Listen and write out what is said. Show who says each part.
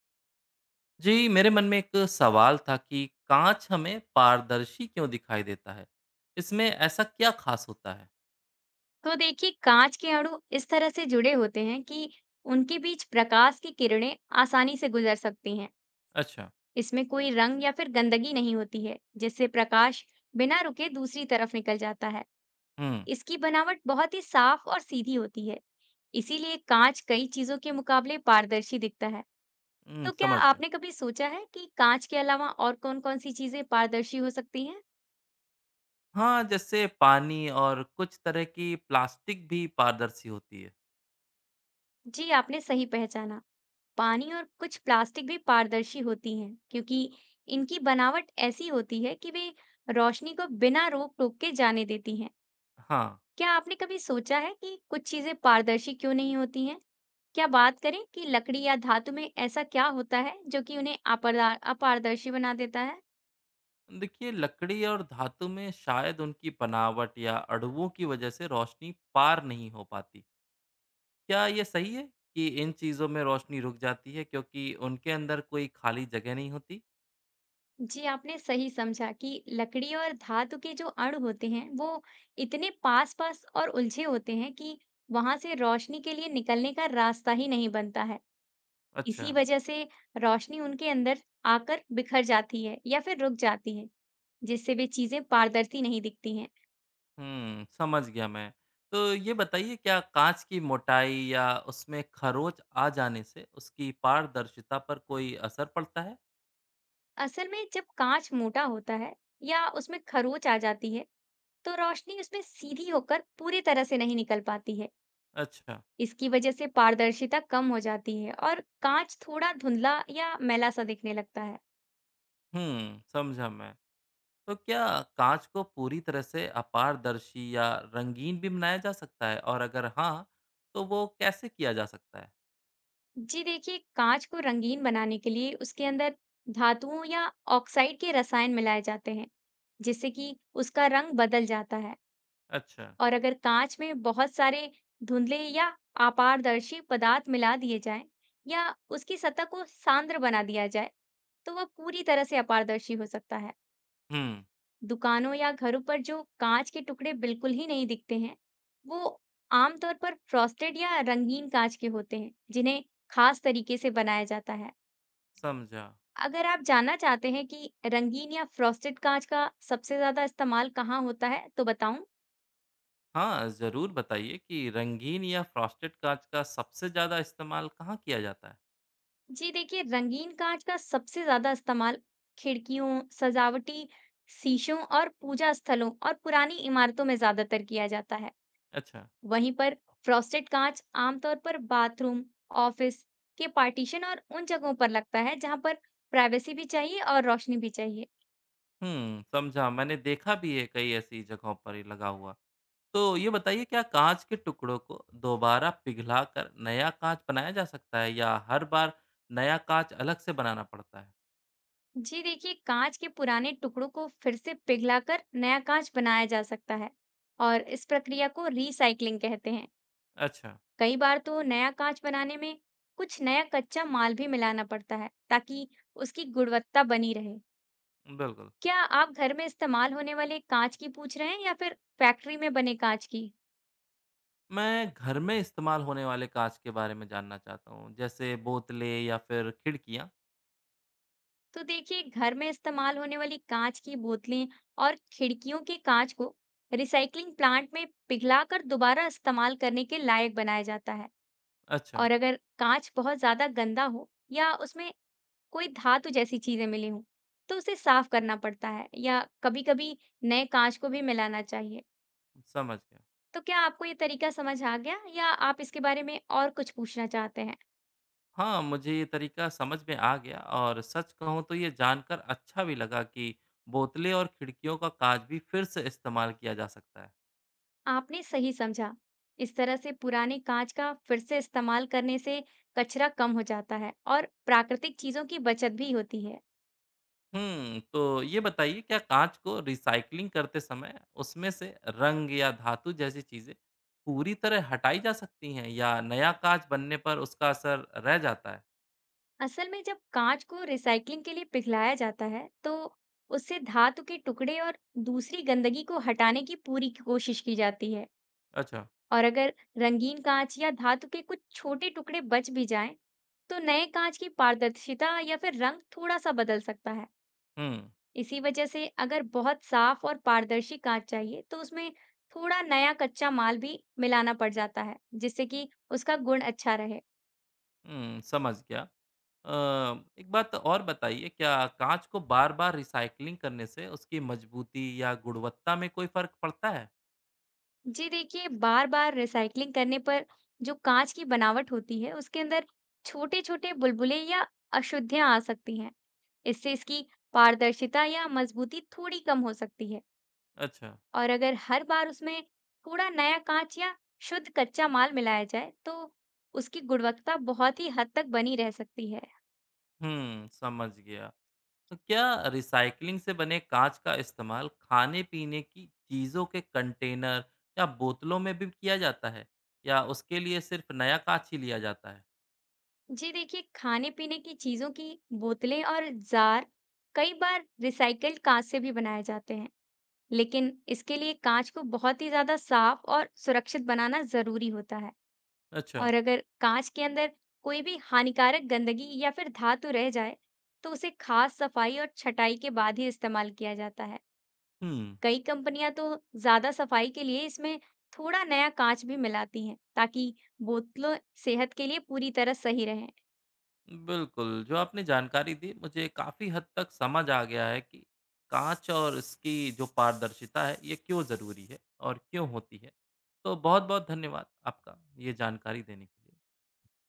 Speaker 1: जी मेरे मन में एक सवाल था कि कांच हमें पारदर्शी क्यों दिखाई देता है। इसमें ऐसा क्या खास होता है?
Speaker 2: तो देखिए कांच के अणु इस तरह से जुड़े होते हैं कि उनके बीच प्रकाश की किरणें आसानी से गुजर सकती हैं।
Speaker 1: अच्छा।
Speaker 2: इसमें कोई रंग या फिर गंदगी नहीं होती है, जिससे प्रकाश बिना रुके दूसरी तरफ निकल जाता है।
Speaker 1: हम्म।
Speaker 2: इसकी बनावट बहुत ही साफ और सीधी होती है, इसीलिए कांच कई चीजों के मुकाबले पारदर्शी दिखता है। तो क्या
Speaker 1: समझ गया।
Speaker 2: आपने कभी सोचा है कि कांच के अलावा और कौन-कौन सी चीजें पारदर्शी हो सकती हैं?
Speaker 1: हाँ, जैसे पानी और कुछ तरह की प्लास्टिक भी पारदर्शी होती है।
Speaker 2: जी, आपने सही पहचाना। पानी और कुछ प्लास्टिक भी पारदर्शी होती हैं क्योंकि इनकी बनावट ऐसी होती है कि वे रोशनी को बिना रोक टोक के जाने देती हैं।
Speaker 1: हाँ।
Speaker 2: क्या आपने कभी सोचा है कि कुछ चीजें पारदर्शी क्यों नहीं होती हैं? क्या बात करें कि लकड़ी या धातु में ऐसा क्या होता है जो कि उन्हें अपारदर्शी बना देता है?
Speaker 1: देखिए, लकड़ी और धातु में शायद उनकी बनावट या अणुओं की वजह से रोशनी पार नहीं हो पाती। क्या ये सही है कि इन चीज़ों में रोशनी रुक जाती है क्योंकि उनके अंदर कोई खाली जगह नहीं होती?
Speaker 2: जी आपने सही समझा कि लकड़ी और धातु के जो अणु होते हैं वो इतने पास पास और उलझे होते हैं कि वहां से रोशनी के लिए निकलने का रास्ता ही नहीं बनता है।
Speaker 1: अच्छा।
Speaker 2: इसी वजह से रोशनी उनके अंदर आकर बिखर जाती है या फिर रुक जाती है, जिससे वे चीजें पारदर्शी नहीं दिखती हैं।
Speaker 1: समझ गया मैं। तो ये बताइए, क्या काँच की मोटाई या उसमें खरोंच आ जाने से उसकी पारदर्शिता पर कोई असर पड़ता है?
Speaker 2: असल में जब कांच मोटा होता है या उसमें खरोंच आ जाती है, तो रोशनी उसमें सीधी होकर पूरी तरह से नहीं निकल पाती है।
Speaker 1: अच्छा।
Speaker 2: इसकी वजह से पारदर्शिता कम हो जाती है और कांच थोड़ा धुंधला या मैला सा दिखने लगता है।
Speaker 1: समझा मैं। तो क्या काँच को पूरी तरह से अपारदर्शी या रंगीन भी बनाया जा सकता है? और अगर हाँ, तो वो कैसे किया जा सकता है?
Speaker 2: जी देखिए कांच को रंगीन बनाने के लिए उसके अंदर धातुओं या ऑक्साइड के रसायन मिलाए जाते हैं जिससे कि उसका रंग बदल जाता है।
Speaker 1: अच्छा।
Speaker 2: और अगर कांच में बहुत सारे धुंधले या अपारदर्शी पदार्थ मिला दिए जाएं या उसकी सतह को सांद्र बना दिया जाए तो वह पूरी तरह से अपारदर्शी हो सकता है।
Speaker 1: हुँ।
Speaker 2: दुकानों या घरों पर जो कांच के टुकड़े बिल्कुल ही नहीं दिखते हैं वो आमतौर पर फ्रॉस्टेड या रंगीन कांच के होते हैं जिन्हें खास तरीके से बनाया जाता है।
Speaker 1: समझा।
Speaker 2: अगर आप जानना चाहते हैं कि रंगीन या फ्रॉस्टेड कांच का सबसे ज्यादा इस्तेमाल कहाँ होता है तो बताऊं।
Speaker 1: हाँ, ज़रूर बताइए कि रंगीन या फ्रॉस्टेड काँच का सबसे ज़्यादा इस्तेमाल कहाँ किया जाता है?
Speaker 2: जी देखिए रंगीन कांच का सबसे ज्यादा इस्तेमाल खिड़कियों, सजावटी शीशों और पूजा स्थलों और पुरानी इमारतों में ज्यादातर किया जाता है।
Speaker 1: अच्छा।
Speaker 2: वहीं पर फ्रॉस्टेड कांच आमतौर पर बाथरूम, ऑफिस के पार्टीशन और उन जगहों पर लगता है जहां पर प्राइवेसी भी चाहिए और रोशनी भी चाहिए।
Speaker 1: समझा। मैंने देखा भी है कई ऐसी जगहों पर ये लगा हुआ। तो ये बताइए, क्या काँच के टुकड़ों को दोबारा पिघलाकर नया काँच बनाया जा सकता है या हर बार नया काँच अलग से बनाना पड़ता है?
Speaker 2: जी देखिए कांच के पुराने टुकड़ों को फिर से पिघलाकर नया कांच बनाया जा सकता है और इस प्रक्रिया को रीसाइक्लिंग कहते हैं।
Speaker 1: अच्छा।
Speaker 2: कई बार तो नया कांच बनाने में कुछ नया कच्चा माल भी मिलाना पड़ता है ताकि उसकी गुणवत्ता बनी रहे।
Speaker 1: बिल्कुल।
Speaker 2: क्या आप घर में इस्तेमाल होने वाले कांच की पूछ रहे हैं या फिर फैक्ट्री में बने कांच की?
Speaker 1: मैं घर में इस्तेमाल होने वाले काँच के बारे में जानना चाहता हूँ, जैसे बोतलें या फिर खिड़कियाँ।
Speaker 2: तो देखिए घर में इस्तेमाल होने वाली कांच की बोतलें और खिड़कियों के कांच को रिसाइकलिंग प्लांट में पिघलाकर दोबारा इस्तेमाल करने के लायक बनाया जाता है।
Speaker 1: अच्छा।
Speaker 2: और अगर कांच बहुत ज्यादा गंदा हो या उसमें कोई धातु जैसी चीजें मिली हों तो उसे साफ करना पड़ता है या कभी-कभी नए कांच को भी मिलाना चाहिए।
Speaker 1: समझ गया।
Speaker 2: तो क्या आपको ये तरीका समझ आ गया या आप इसके बारे में और कुछ पूछना चाहते हैं?
Speaker 1: हाँ, मुझे ये तरीका समझ में आ गया और सच कहूँ तो ये जानकर अच्छा भी लगा कि बोतलें और खिड़कियों का काँच भी फिर से इस्तेमाल किया जा सकता है।
Speaker 2: आपने सही समझा। इस तरह से पुराने कांच का फिर से इस्तेमाल करने से कचरा कम हो जाता है और प्राकृतिक चीजों की बचत भी होती है।
Speaker 1: तो ये बताइए, क्या काँच को रिसाइक्लिंग करते समय उसमें से रंग या धातु जैसी चीज़ें पूरी तरह हटाई जा सकती हैं या नया काँच बनने पर उसका असर रह जाता है?
Speaker 2: असल में जब कांच को रिसाइकलिंग के लिए पिघलाया जाता है तो उससे धातु के टुकड़े और दूसरी गंदगी को हटाने की पूरी कोशिश की जाती है।
Speaker 1: अच्छा।
Speaker 2: और अगर रंगीन कांच या धातु के कुछ छोटे टुकड़े बच भी जाएं तो नए कांच की पारदर्शिता या फिर रंग थोड़ा सा बदल सकता है।
Speaker 1: हुँ।
Speaker 2: इसी वजह से अगर बहुत साफ और पारदर्शी कांच चाहिए तो उसमें थोड़ा नया कच्चा माल भी मिलाना पड़ जाता है जिससे कि उसका गुण अच्छा रहे।
Speaker 1: समझ गया। एक बात तो और बताइए, क्या काँच को बार-बार रिसाइक्लिंग करने से उसकी मजबूती या गुणवत्ता में कोई फ़र्क पड़ता है?
Speaker 2: जी देखिए, बार-बार रिसाइक्लिंग करने पर जो कांच की बनावट होती है, उसके अंदर छोटे-छोटे बुलबुले या अशुद्धियाँ आ सकती हैं। इससे इसकी पारदर्शिता या मजबूती थोड़ी कम हो सकती है।
Speaker 1: अच्छा।
Speaker 2: और अगर हर बार उसमें थोड़ा नया कांच या शुद्ध कच्चा माल मिलाया जाए, तो उसकी गुणवत्ता बहुत ही हद तक बनी रह सकती है।
Speaker 1: समझ गया। तो क्या रिसाइक्लिंग से बने काँच का इस्तेमाल खाने-पीने की चीज़ों के कंटेनर या बोतलों में भी किया जाता है, या उसके लिए सिर्फ़ नया काँच ही लिया जाता है?
Speaker 2: जी देखिए, खाने-पीने की चीज़ों की बोतलें और जार कई बार रिसाइकिल्ड कांच से भी बनाए जाते हैं। लेकिन इसके लिए कांच को बहुत ही ज्यादा साफ और सुरक्षित बनाना जरूरी होता है।
Speaker 1: अच्छा।
Speaker 2: और अगर कांच के अंदर कोई भी हानिकारक गंदगी या फिर धातु रह जाए तो उसे खास सफाई और छटाई के बाद ही इस्तेमाल किया जाता है।
Speaker 1: हुँ।
Speaker 2: कई कंपनियां तो ज्यादा सफाई के लिए इसमें थोड़ा नया कांच भी मिलाती हैं ताकि बोतलों सेहत के लिए पूरी तरह सही रहें।
Speaker 1: बिल्कुल, जो आपने जानकारी दी मुझे काफ़ी हद तक समझ आ गया है कि काँच और इसकी जो पारदर्शिता है ये क्यों ज़रूरी है और क्यों होती है। तो बहुत-बहुत धन्यवाद आपका ये जानकारी देने के लिए।